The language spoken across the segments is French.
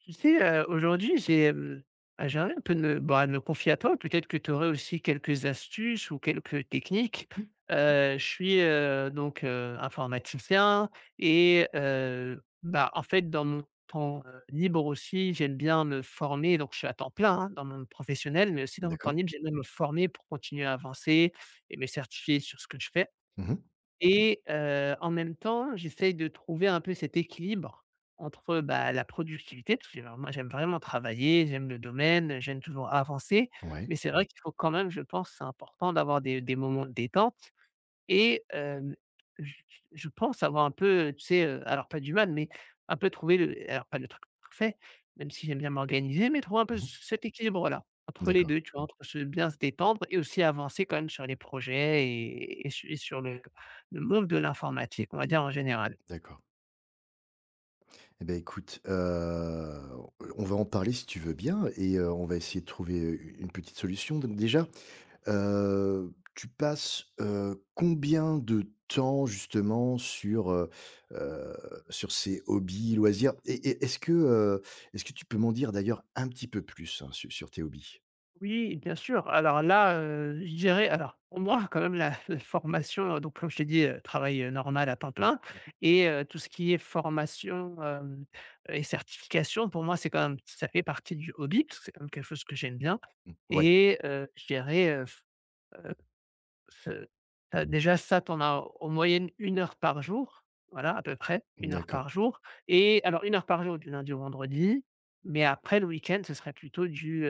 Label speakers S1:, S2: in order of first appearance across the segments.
S1: Tu sais, aujourd'hui, bah, j'ai envie un peu de me confier à toi. Peut-être que tu aurais aussi quelques astuces ou quelques techniques.
S2: Mmh.
S1: Je suis, donc informaticien. Et bah, en fait, dans mon temps libre aussi, j'aime bien me former. Donc je suis à temps plein, hein, dans mon monde professionnel, mais aussi dans mon temps
S2: D'accord.
S1: libre, j'aime bien me former pour continuer à avancer et me certifier sur ce que je fais.
S2: Mmh.
S1: Et en même temps, j'essaye de trouver un peu cet équilibre entre, bah, la productivité, parce que moi j'aime vraiment travailler, j'aime le domaine, j'aime toujours avancer,
S2: Ouais.
S1: mais c'est vrai qu'il faut quand même, je pense, c'est important d'avoir des moments de détente. Et hem, j Je pense avoir un peu, tu sais, alors pas du mal, mais un peu trouvé le alors pas le truc parfait, même si j'aime bien m'organiser, mais trouver un peu c
S2: Mmh.
S1: cet équilibre-là, entre les
S2: D'accord,
S1: 2, tu vois? Entre se bien se détendre et aussi avancer quand même sur les projets et sur le monde de l'informatique, on va dire en général.
S2: d'accord. Eh ben, écoute, on va en parler si tu veux bien et on va essayer de trouver une petite solution. Donc déjà, tu passes, combien de temps justement sur, heu, sur ces hobbies, loisirs? Et est-ce que tu peux m'en dire d'ailleurs un petit peu plus, hein, su sur tes hobbies?
S1: Oui, bien sûr. Alors là, je dirais, alors pour moi quand même la formation, donc comme je t'ai dit, travail, normal à temps plein et tout ce qui est formation, hem et certification, pour moi c'est quand même, ça fait partie du hobby, parce que c'est quand même quelque chose que j'aime bien.
S2: Mmh. Ouais.
S1: Et je dirais, f heu, ce déjà, ça, tu en as en moyenne une heure par jour, voilà, à peu près une heure
S2: D'accord.
S1: par jour, et alors une heure par jour du lundi au vendredi, mais après le week-end, ce serait plutôt du,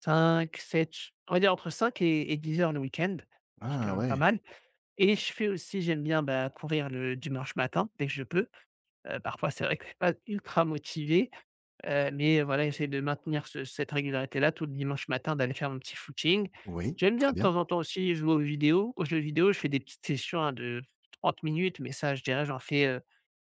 S1: cinq sept on va dire entre 5 et 10 heures le week-end, c'est quand
S2: Ah
S1: même pas
S2: ouais.
S1: mal. Et je fais aussi j'aime bien, bah, courir le dimanche matin dès que je peux. Parfois, c'est vrai que je suis pas ultra motivé, mais voilà, j'essaie de maintenir ce cette régularité-là tout le dimanche matin, d'aller faire mon petit footing.
S2: Oui,
S1: J'aime bien
S2: très
S1: de
S2: bien.
S1: temps en temps aussi jouer aux jeux vidéo, je fais des petites sessions, hein, de 30 minutes, mais ça, je dirais, j'en fais,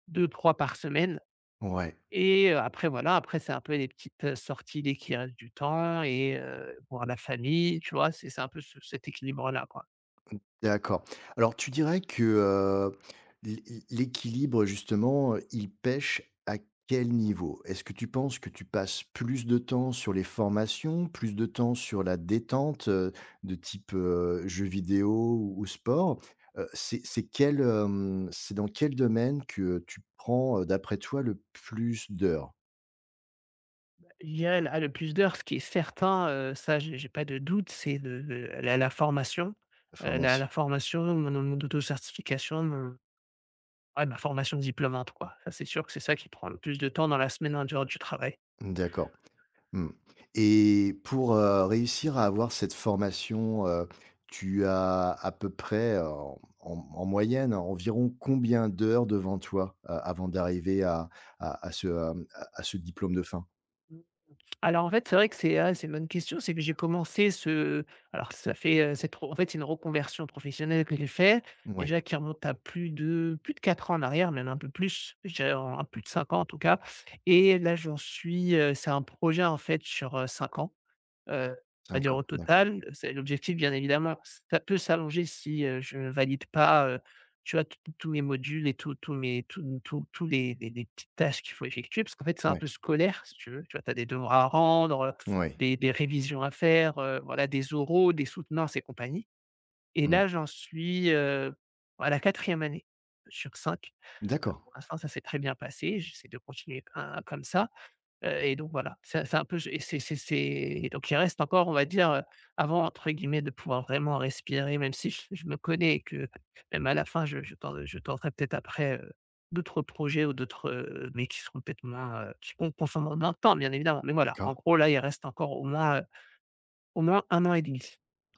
S1: 2-3 par semaine.
S2: Ouais.
S1: Et après voilà, après c'est un peu les petites, sorties dès qu'il reste du temps et voir la famille, tu vois? C'est un peu ce cet équilibre-là, quoi.
S2: D'accord. Alors tu dirais que, l'é l'équilibre justement, il pêche à quel niveau? Est-ce que tu penses que tu passes plus de temps sur les formations, plus de temps sur la détente, de type jeux vidéo ou sport? C'est quel, c'est dans quel domaine que tu prends, d'après toi, le plus d'heures?
S1: Il y a là le plus d'heures, ce qui est certain, ça, j'ai pas de doute, c'est le la la formation,
S2: De
S1: heu, la
S2: formation.
S1: la formation, mon auto-certification, ouais, ma formation de diplomate, quoi. Ça, c'est sûr que c'est ça qui prend le plus de temps dans la semaine en dehors du travail.
S2: D'accord. Mmh. Et pour réussir à avoir cette formation, tu as à peu près, en moyenne, environ combien d'heures devant toi, avant d'arriver à ce diplôme de fin?
S1: Mmh. Alors, en fait, c'est vrai que c'est une bonne question. C'est que j'ai commencé ce alors ça fait, cette re en fait, c'est une reconversion professionnelle que j'ai fait,
S2: Ouais,
S1: déjà, qui remonte à plus de 4 ans en arrière, même un peu plus, je dirais en plus de 5 ans en tout cas, et là, j'en suis, c'est un projet, en fait, sur, 5 ans. Heu, on va dire,
S2: d'accord,
S1: au
S2: d'accord.
S1: total, c'est l'objectif, bien évidemment, ça peut s'allonger si, je valide pas, tu vois, tous mes modules et tous tous mes tous tous tous les petites tâches qu'il faut effectuer. Parce qu'en fait, c'est un peu
S2: Ouais,
S1: scolaire, si tu veux, tu vois? Tu as des devoirs à rendre, heu,
S2: ouais.
S1: des des révisions à faire, voilà, des oraux, des soutenances et compagnie. Et
S2: Mmh.
S1: là, j'en suis, à la quatrième année sur 5.
S2: D'accord,
S1: Pour l'instant, ça s'est très bien passé. J'essaie de continuer, hein, comme ça. Et donc voilà, c'est un peu et c'est et donc il reste encore, on va dire, avant, entre guillemets, de pouvoir vraiment respirer, même si je me connais et que même à la fin je tenterai peut-être après, d'autres projets ou d'autres, mais qui seront peut-être moins, qui consommeront moins de temps, bien évidemment. Mais voilà, en
S2: d'accord.
S1: gros là, il reste encore au moins un an et demi.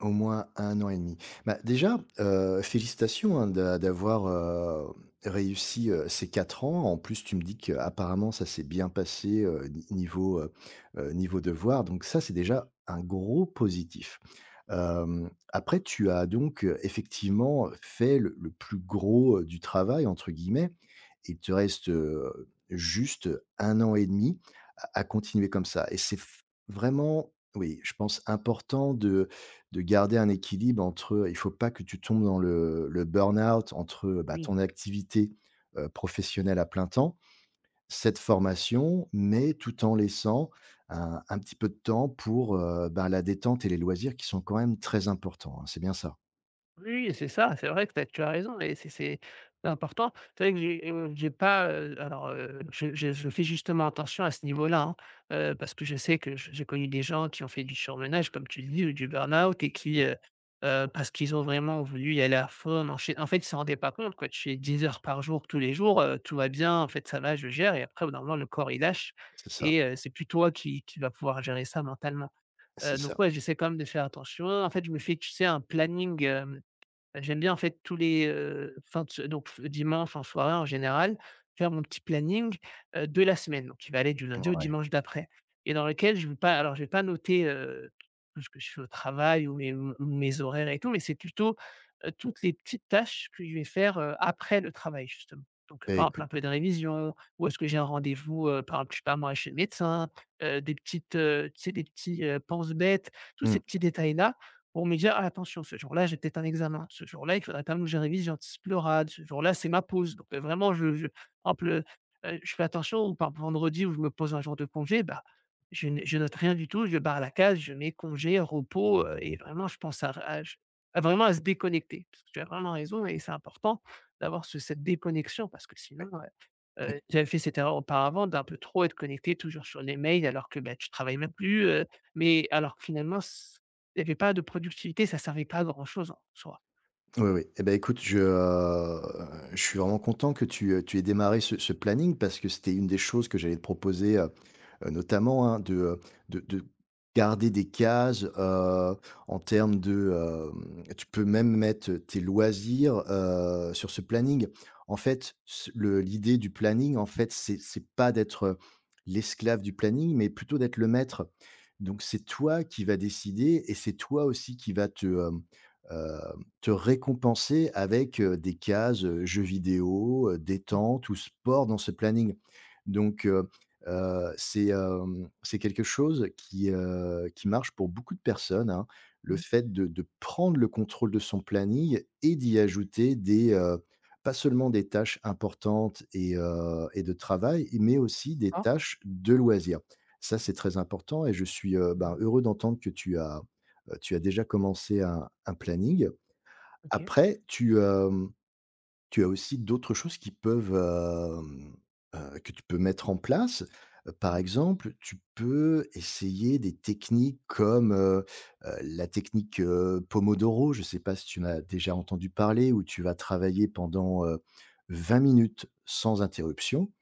S2: Au moins un an et demi. Bah, déjà, félicitations, hein, d'avoir réussi ces 4 ans. En plus, tu me dis qu'apparemment ça s'est bien passé, ni niveau, niveau devoir, donc ça, c'est déjà un gros positif. Après tu as donc, effectivement fait le plus gros, du «travail» entre guillemets. Il te reste, juste un an et demi à continuer comme ça, et c'est f vraiment, oui, je pense important de garder un équilibre, entre, il faut pas que tu tombes dans le burn-out, entre, bah,
S1: Oui.
S2: ton activité professionnelle à plein temps, cette formation, mais tout en laissant un petit peu de temps pour, ben, la détente et les loisirs qui sont quand même très importants, hein. C'est bien ça?
S1: Oui, c'est ça, c'est vrai que tu as raison, et c'est important. C'est vrai que j'ai pas, alors, je fais justement attention à ce niveau-là, hein, parce que je sais que j'ai connu des gens qui ont fait du surmenage, comme tu le dis, ou du burn-out et qui, parce qu'ils ont vraiment voulu y aller à fond, enchaî en fait, ils ne se rendaient pas compte, quoi. Tu fais 10 heures par jour, tous les jours, tout va bien, en fait, ça va, je gère, et après, au bout d'un moment, le corps, il lâche,
S2: C'est ça,
S1: et c'est plus toi qui va pouvoir gérer ça mentalement,
S2: c'est
S1: donc
S2: ça.
S1: ouais, j'essaie quand même de faire attention. En fait, je me fais, tu sais, un planning, hem bah, j'aime bien en fait tous les, fins de se donc f dimanche en soirée en général, faire mon petit planning, de la semaine, donc qui va aller du lundi au
S2: Ouais.
S1: dimanche d'après, et dans lequel je vais pas noter, tout ce que je fais au travail ou mes horaires et tout, mais c'est plutôt, toutes les petites tâches que je vais faire, après le travail justement. Donc
S2: Beh,
S1: par exemple
S2: écoute,
S1: un peu de révision, ou est-ce que j'ai un rendez-vous, par exemple je sais pas moi chez le médecin, des petites, tu sais des petits, penses-bêtes, tous ces
S2: mmh.
S1: petits détails là, pour me dire: «Ah, attention, ce jour-là, j'ai peut-être un examen. Ce jour-là, il faudrait quand même que je révise, j'anticipe l'oral. Ce jour-là, c'est ma pause». Donc vraiment, je par exemple, je fais attention ou par vendredi où je me pose un jour de congé, bah, je note rien du tout, je barre la case, je mets congé, repos, et vraiment je pense à vraiment à se déconnecter. Parce que tu as vraiment raison, et c'est important d'avoir ce cette déconnexion, parce que sinon, j'avais fait cette erreur auparavant d'un peu trop être connecté toujours sur les mails, alors que, bah, tu travailles même plus, mais alors que finalement il y avait pas de productivité, ça servait pas à grand chose en soi.
S2: Oui, oui. Eh ben, écoute, je suis vraiment content que tu, tu aies démarré ce planning, parce que c'était une des choses que j'allais te proposer, notamment, hein, de, de garder des cases, en termes de, tu peux même mettre tes loisirs, sur ce planning. En fait, ce le l'idée du planning, en fait, c'est pas d'être l'esclave du planning, mais plutôt d'être le maître. Donc c'est toi qui vas décider et c'est toi aussi qui vas te, heu te récompenser avec, des cases, jeux vidéo, détente ou sport dans ce planning. Donc c'est, c'est quelque chose qui marche pour beaucoup de personnes, hein. Le
S1: Mmh.
S2: fait de prendre le contrôle de son planning et d'y ajouter des, pas seulement des tâches importantes et de travail, mais aussi des
S1: Hein?
S2: tâches de loisirs. Ça, c'est très important, et je suis, ben,
S1: Mmh.
S2: heureux d'entendre que tu as déjà commencé un planning.
S1: OK.
S2: Après, tu, tu as aussi d'autres choses qui peuvent, que tu peux mettre en place. Par
S1: Mmh.
S2: exemple, tu peux essayer des techniques comme, la technique, Pomodoro. Je ne sais pas si tu en as déjà entendu parler, où tu vas travailler pendant, 20 minutes sans interruption,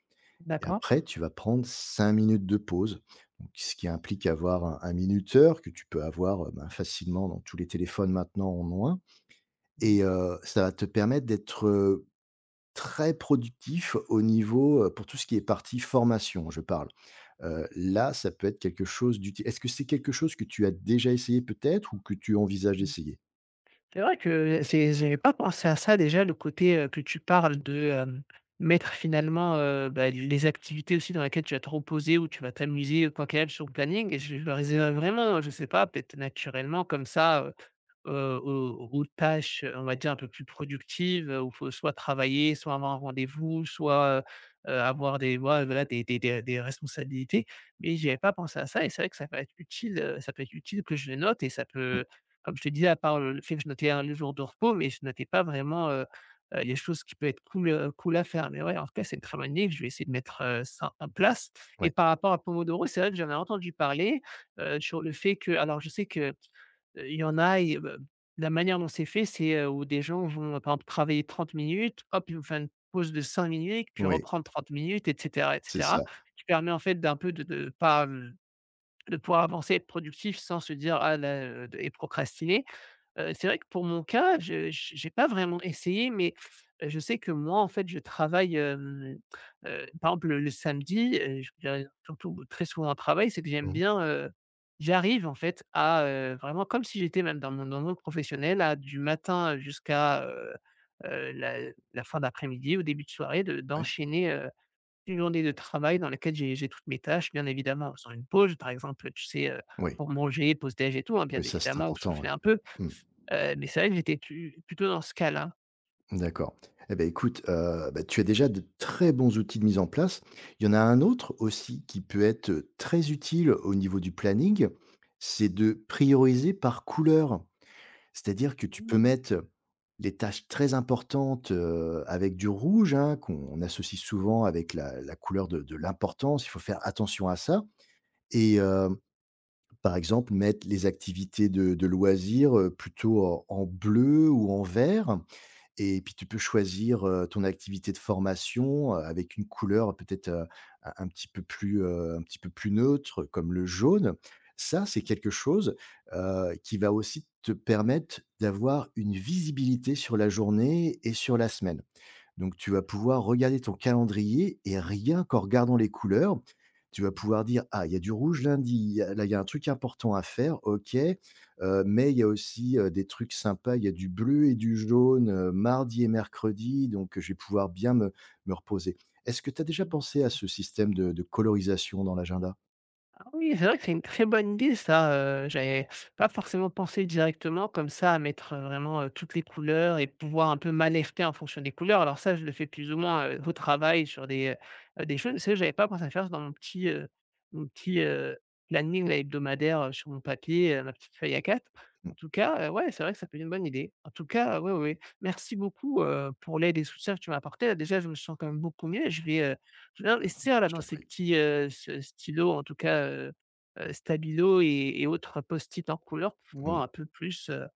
S2: et
S1: D'accord.
S2: après tu vas prendre 5 minutes de pause. Donc ce qui implique avoir un minuteur que tu peux avoir, ben, facilement dans tous les téléphones maintenant en moins.
S1: Mmh
S2: Et
S1: mh.
S2: ça va te permettre d'être, très productif au niveau, pour tout ce qui est partie formation, je parle. Là, ça peut être quelque chose d'utile. Est-ce que c'est quelque chose que tu as déjà essayé peut-être, ou que tu envisages d'essayer?
S1: C'est vrai que c'est j'avais pas pensé à ça déjà, le côté, que tu parles de, mettre finalement, bah, les activités aussi dans lesquelles tu vas te reposer, ou tu vas t'amuser, quoi qu'elles, sur le planning, et je le réserve vraiment, je sais pas, peut-être naturellement comme ça, aux tâches, on va dire, un peu plus productives, où il faut soit travailler, soit avoir un rendez-vous, soit, avoir des voilà, des responsabilités. Mais je n'avais pas pensé à ça, et c'est vrai que ça peut être utile, ça peut être utile que je le note, et ça
S2: Mmh,
S1: peut, comme je te disais, à part le fait que je notais un jour de repos, mais je notais pas vraiment, les choses qui peuvent être cool à faire. Mais ouais, en tout cas, c'est une très bonne idée, je vais essayer de mettre, ça en place. Et
S2: ouais,
S1: par rapport à Pomodoro, c'est vrai que j'en ai entendu parler, sur le fait que, alors je sais que, il y en a, et la manière dont c'est fait, c'est, où des gens vont, par exemple, travailler 30 minutes, hop, ils vont faire une pause de 5 minutes, puis
S2: oui,
S1: reprendre 30 minutes et
S2: c'est ça.
S1: cetera, qui permet en fait d'un peu de pas, de pouvoir avancer, être productif sans se dire: «Ah là» et procrastiner. C'est vrai que pour mon cas, je n'ai pas vraiment essayé, mais je sais que moi, en fait, je travaille, par exemple, le samedi, je j'ai surtout très souvent au travail, c'est que j'aime
S2: Mmh.
S1: bien, j'arrive en fait à, vraiment comme si j'étais même dans mon professionnel, à du matin jusqu'à, la fin d'après-midi, au début de soirée, de
S2: Ouais,
S1: d'enchaîner, une journée de travail dans laquelle j'ai toutes mes tâches, bien évidemment, en faisant une pause, par exemple, tu sais,
S2: oui,
S1: pour manger, pause déj et tout, hein, bien
S2: oui, ça, c'est
S1: évidemment, ou
S2: important, ouais.
S1: souffler un peu.
S2: Mmh,
S1: Mais c'est vrai que j'étais tu plutôt dans ce cas-là.
S2: d'accord. Eh ben écoute, bah, tu as déjà de très bons outils de mise en place. Il y en a un autre aussi qui peut être très utile au niveau du planning, c'est de prioriser par couleur. C'est-à-dire que tu peux mettre les taches très importantes, avec du rouge, hein, qu'on associe souvent avec la couleur de l'importance. Il faut faire attention à ça et par exemple, mettre les activités de loisirs, plutôt en bleu ou en vert, et puis tu peux choisir, ton activité de formation, avec une couleur peut-être, un petit peu plus, un petit peu plus neutre comme le jaune. Ça, c'est quelque chose, qui va aussi te permettre d'avoir une visibilité sur la journée et sur la semaine. Donc tu vas pouvoir regarder ton calendrier et, rien qu'en regardant les couleurs, tu vas pouvoir dire: «Ah, il y a du rouge lundi, il y a là, il y a un truc important à faire, OK, mais il y a aussi, des trucs sympas, il y a du bleu et du jaune, mardi et mercredi, donc je vais pouvoir bien me reposer». Est-ce que tu as déjà pensé à ce système de colorisation dans l'agenda?
S1: Ah oui, c'est vrai que c'est une très bonne idée ça, j'avais pas forcément pensé directement comme ça à mettre, vraiment, toutes les couleurs et pouvoir un peu m'alerter en fonction des couleurs. Alors ça, je le fais plus ou moins, au travail sur des choses, mais c'est vrai que j'avais pas pensé à faire ça dans mon petit planning là hebdomadaire, sur mon papier, ma petite feuille à quatre.
S2: Mmh.
S1: En tout cas, ouais, c'est vrai que ça peut être une bonne idée. En tout cas, oui, oui, merci beaucoup, pour l'aide et soutien que tu m'as apporté là. Déjà, je me sens quand même beaucoup mieux. Je vais investir là
S2: Je
S1: dans
S2: t'en prie.
S1: ce stylos, en tout cas, stabilo, et autres post-it en couleur, pour
S2: Mmh.
S1: pouvoir un peu plus,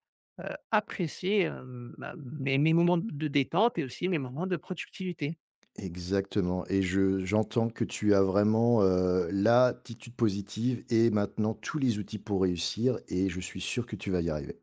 S1: heu, apprécier, ma mes mes moments de détente et aussi mes moments de productivité.
S2: Exactement, et je j'entends que tu as vraiment, l'attitude positive et maintenant tous les outils pour réussir, et je suis sûr que tu vas y arriver.